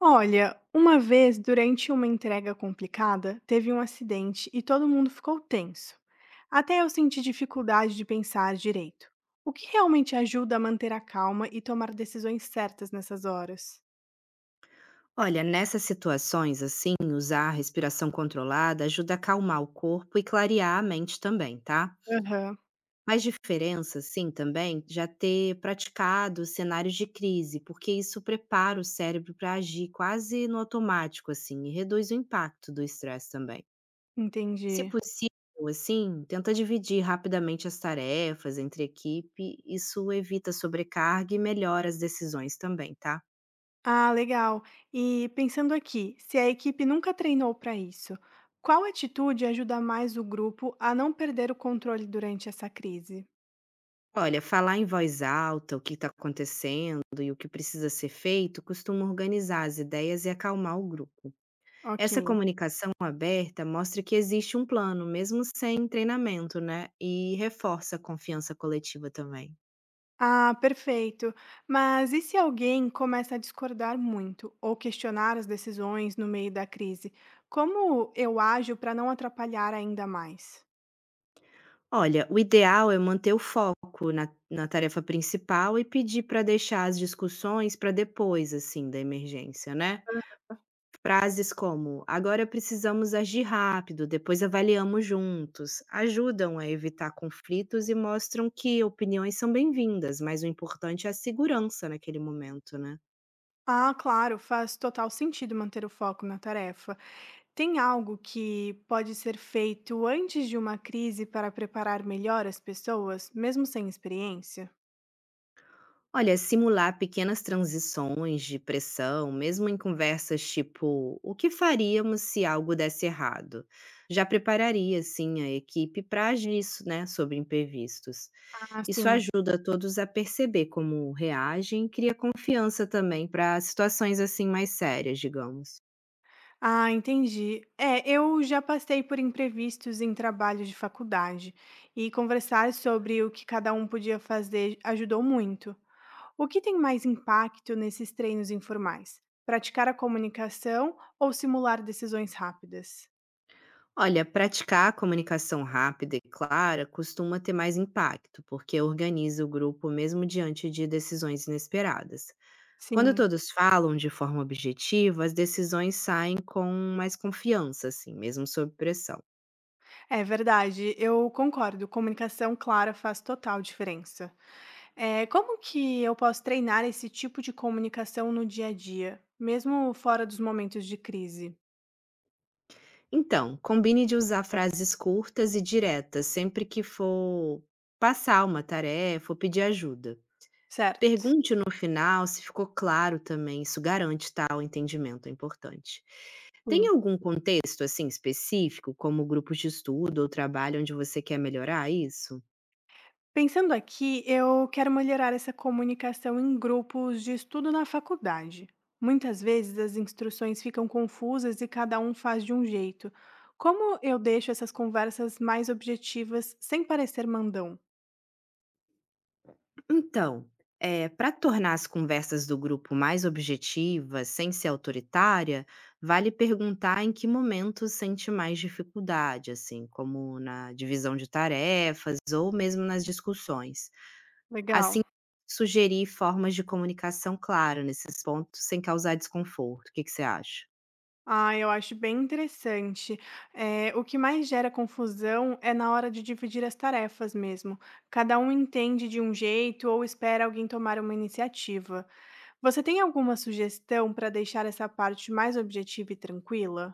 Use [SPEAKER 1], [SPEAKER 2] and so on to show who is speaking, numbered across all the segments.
[SPEAKER 1] Olha, uma vez, durante uma entrega complicada, teve um acidente e todo mundo ficou tenso. Até eu senti dificuldade de pensar direito. O que realmente ajuda a manter a calma e tomar decisões certas nessas horas?
[SPEAKER 2] Olha, nessas situações assim, usar a respiração controlada ajuda a acalmar o corpo e clarear a mente também, tá?
[SPEAKER 1] Aham,
[SPEAKER 2] Mas diferença, sim, também já ter praticado cenários de crise, porque isso prepara o cérebro para agir quase no automático, assim, e reduz o impacto do estresse também. Se
[SPEAKER 1] entendi.
[SPEAKER 2] possível, assim, tenta dividir rapidamente as tarefas entre equipe, isso evita sobrecarga e melhora as decisões também, tá?
[SPEAKER 1] Ah, legal. E pensando aqui, se a equipe nunca treinou para isso, qual atitude ajuda mais o grupo a não perder o controle durante essa crise?
[SPEAKER 2] Olha, falar em voz alta o que está acontecendo e o que precisa ser feito costuma organizar as ideias e acalmar o grupo. Essa
[SPEAKER 1] Ok.
[SPEAKER 2] comunicação aberta mostra que existe um plano, mesmo sem treinamento, né? E reforça a confiança coletiva também.
[SPEAKER 1] Ah, perfeito. Mas e se alguém começa a discordar muito ou questionar as decisões no meio da crise? Como eu ajo para não atrapalhar ainda mais?
[SPEAKER 2] Olha, o ideal é manter o foco na tarefa principal e pedir para deixar as discussões para depois, assim, da emergência, né? Frases como agora precisamos agir rápido, depois avaliamos juntos, ajudam a evitar conflitos e mostram que opiniões são bem-vindas, mas o importante é a segurança naquele momento, né?
[SPEAKER 1] Ah, claro, faz total sentido manter o foco na tarefa. Tem algo que pode ser feito antes de uma crise para preparar melhor as pessoas, mesmo sem experiência?
[SPEAKER 2] Olha, simular pequenas transições de pressão, mesmo em conversas tipo, o que faríamos se algo desse errado? Já prepararia, assim, a equipe para agir isso, né, sobre imprevistos.
[SPEAKER 1] Ah,
[SPEAKER 2] Isso
[SPEAKER 1] sim.
[SPEAKER 2] ajuda todos a perceber como reagem e cria confiança também para situações assim mais sérias, digamos.
[SPEAKER 1] Ah, entendi. É, eu já passei por imprevistos em trabalho de faculdade e conversar sobre o que cada um podia fazer ajudou muito. O que tem mais impacto nesses treinos informais? Praticar a comunicação ou simular decisões rápidas?
[SPEAKER 2] Olha, praticar a comunicação rápida e clara costuma ter mais impacto, porque organiza o grupo mesmo diante de decisões inesperadas. Quando
[SPEAKER 1] Sim,
[SPEAKER 2] todos falam de forma objetiva, as decisões saem com mais confiança, assim, mesmo sob pressão.
[SPEAKER 1] é verdade. Eu concordo. Comunicação clara faz total diferença. É, como que eu posso treinar esse tipo de comunicação no dia a dia, mesmo fora dos momentos de crise?
[SPEAKER 2] Então, combine de usar frases curtas e diretas sempre que for passar uma tarefa ou pedir ajuda.
[SPEAKER 1] Certo.
[SPEAKER 2] Pergunte no final se ficou claro também, isso garante tal entendimento é importante. Tem
[SPEAKER 1] Sim.
[SPEAKER 2] algum contexto assim específico, como grupos de estudo ou trabalho onde você quer melhorar isso?
[SPEAKER 1] Pensando aqui, eu quero melhorar essa comunicação em grupos de estudo na faculdade. Muitas vezes as instruções ficam confusas e cada um faz de um jeito. Como eu deixo essas conversas mais objetivas sem parecer mandão?
[SPEAKER 2] Então, para tornar as conversas do grupo mais objetivas, sem ser autoritária, vale perguntar em que momento sente mais dificuldade, assim, como na divisão de tarefas ou mesmo nas discussões. Assim,
[SPEAKER 1] Legal.
[SPEAKER 2] sugerir formas de comunicação clara nesses pontos sem causar desconforto. O que que você acha?
[SPEAKER 1] Ah, eu acho bem interessante. É, o que mais gera confusão é na hora de dividir as tarefas mesmo. Cada um entende de um jeito ou espera alguém tomar uma iniciativa. Você tem alguma sugestão para deixar essa parte mais objetiva e tranquila?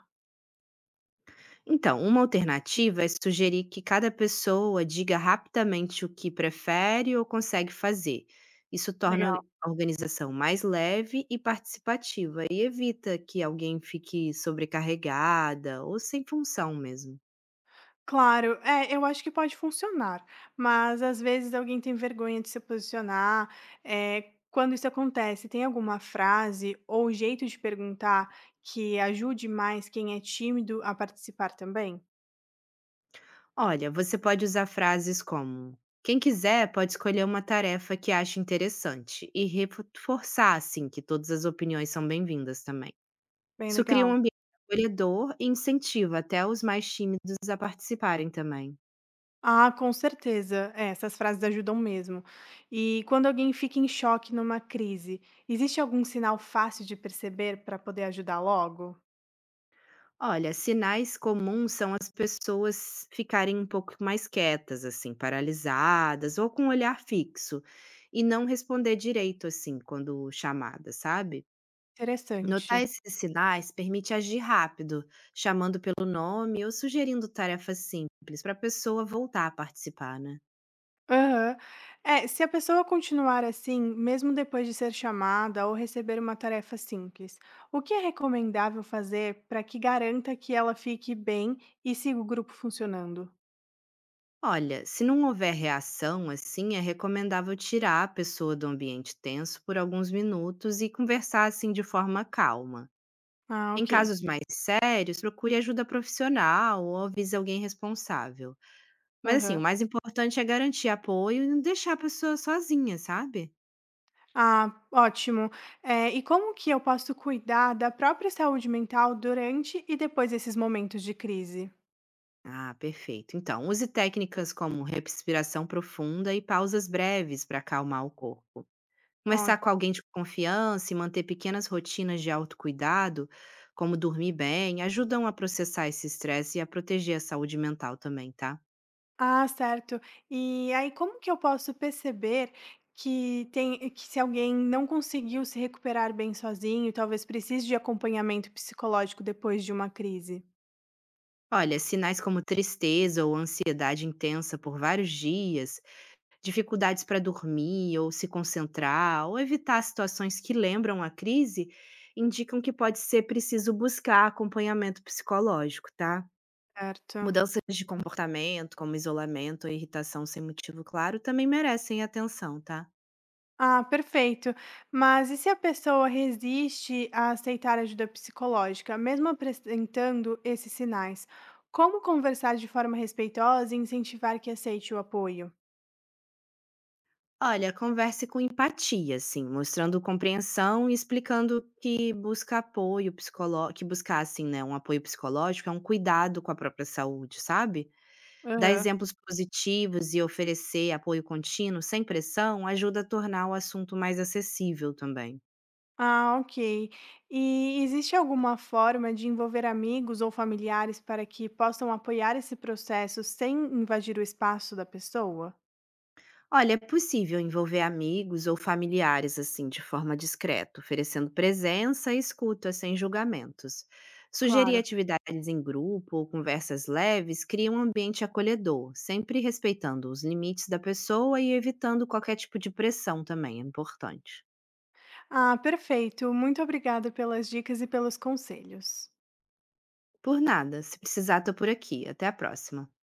[SPEAKER 2] Então, uma alternativa é sugerir que cada pessoa diga rapidamente o que prefere ou consegue fazer. Isso torna
[SPEAKER 1] Legal.
[SPEAKER 2] a organização mais leve e participativa e evita que alguém fique sobrecarregada ou sem função mesmo.
[SPEAKER 1] Claro, é, eu acho que pode funcionar, mas às vezes alguém tem vergonha de se posicionar. Quando isso acontece, tem alguma frase ou jeito de perguntar que ajude mais quem é tímido a participar também?
[SPEAKER 2] Olha, você pode usar frases como: quem quiser pode escolher uma tarefa que ache interessante e reforçar assim que todas as opiniões são bem-vindas também.
[SPEAKER 1] Bem
[SPEAKER 2] Isso cria um
[SPEAKER 1] legal.
[SPEAKER 2] ambiente acolhedor e incentiva até os mais tímidos a participarem também.
[SPEAKER 1] Ah, com certeza. É, essas frases ajudam mesmo. E quando alguém fica em choque numa crise, existe algum sinal fácil de perceber para poder ajudar logo?
[SPEAKER 2] Olha, sinais comuns são as pessoas ficarem um pouco mais quietas, assim, paralisadas ou com o olhar fixo e não responder direito, assim, quando chamada, sabe? Notar
[SPEAKER 1] Interessante.
[SPEAKER 2] esses sinais permite agir rápido, chamando pelo nome ou sugerindo tarefas simples para a pessoa voltar a participar, né?
[SPEAKER 1] Aham. É, se a pessoa continuar assim, mesmo depois de ser chamada ou receber uma tarefa simples, o que é recomendável fazer para que garanta que ela fique bem e siga o grupo funcionando?
[SPEAKER 2] Olha, se não houver reação, assim, é recomendável tirar a pessoa do ambiente tenso por alguns minutos e conversar assim de forma calma.
[SPEAKER 1] Ah,
[SPEAKER 2] Em
[SPEAKER 1] ok.
[SPEAKER 2] casos mais sérios, procure ajuda profissional ou avise alguém responsável. Mas assim, o
[SPEAKER 1] Aham.
[SPEAKER 2] mais importante é garantir apoio e não deixar a pessoa sozinha, sabe?
[SPEAKER 1] Ah, ótimo. É, e como que eu posso cuidar da própria saúde mental durante e depois desses momentos de crise?
[SPEAKER 2] Ah, perfeito. Então, use técnicas como respiração profunda e pausas breves para acalmar o corpo. Conversar com alguém de confiança e manter pequenas rotinas de autocuidado, como dormir bem, ajudam a processar esse estresse e a proteger a saúde mental também, tá?
[SPEAKER 1] Ah, certo. E aí, como que eu posso perceber que tem que se alguém não conseguiu se recuperar bem sozinho, talvez precise de acompanhamento psicológico depois de uma crise?
[SPEAKER 2] Olha, sinais como tristeza ou ansiedade intensa por vários dias, dificuldades para dormir ou se concentrar, ou evitar situações que lembram a crise, indicam que pode ser preciso buscar acompanhamento psicológico, tá?
[SPEAKER 1] Certo.
[SPEAKER 2] Mudanças de comportamento, como isolamento ou irritação sem motivo claro, também merecem atenção, tá?
[SPEAKER 1] Ah, perfeito. Mas e se a pessoa resiste a aceitar ajuda psicológica, mesmo apresentando esses sinais? Como conversar de forma respeitosa e incentivar que aceite o apoio?
[SPEAKER 2] Olha, converse com empatia, assim, mostrando compreensão e explicando que busca apoio psicológico, que buscar, assim, né, um apoio psicológico é um cuidado com a própria saúde, sabe? Dar exemplos positivos e oferecer apoio contínuo, sem pressão, ajuda a tornar o assunto mais acessível também.
[SPEAKER 1] Ah, ok. E existe alguma forma de envolver amigos ou familiares para que possam apoiar esse processo sem invadir o espaço da pessoa?
[SPEAKER 2] Olha, é possível envolver amigos ou familiares assim de forma discreta, oferecendo presença e escuta sem julgamentos. Sugerir
[SPEAKER 1] Claro.
[SPEAKER 2] atividades em grupo ou conversas leves cria um ambiente acolhedor, sempre respeitando os limites da pessoa e evitando qualquer tipo de pressão também, é importante.
[SPEAKER 1] Ah, perfeito. Muito obrigada pelas dicas e pelos conselhos.
[SPEAKER 2] Por nada, se precisar, tô por aqui. Até a próxima.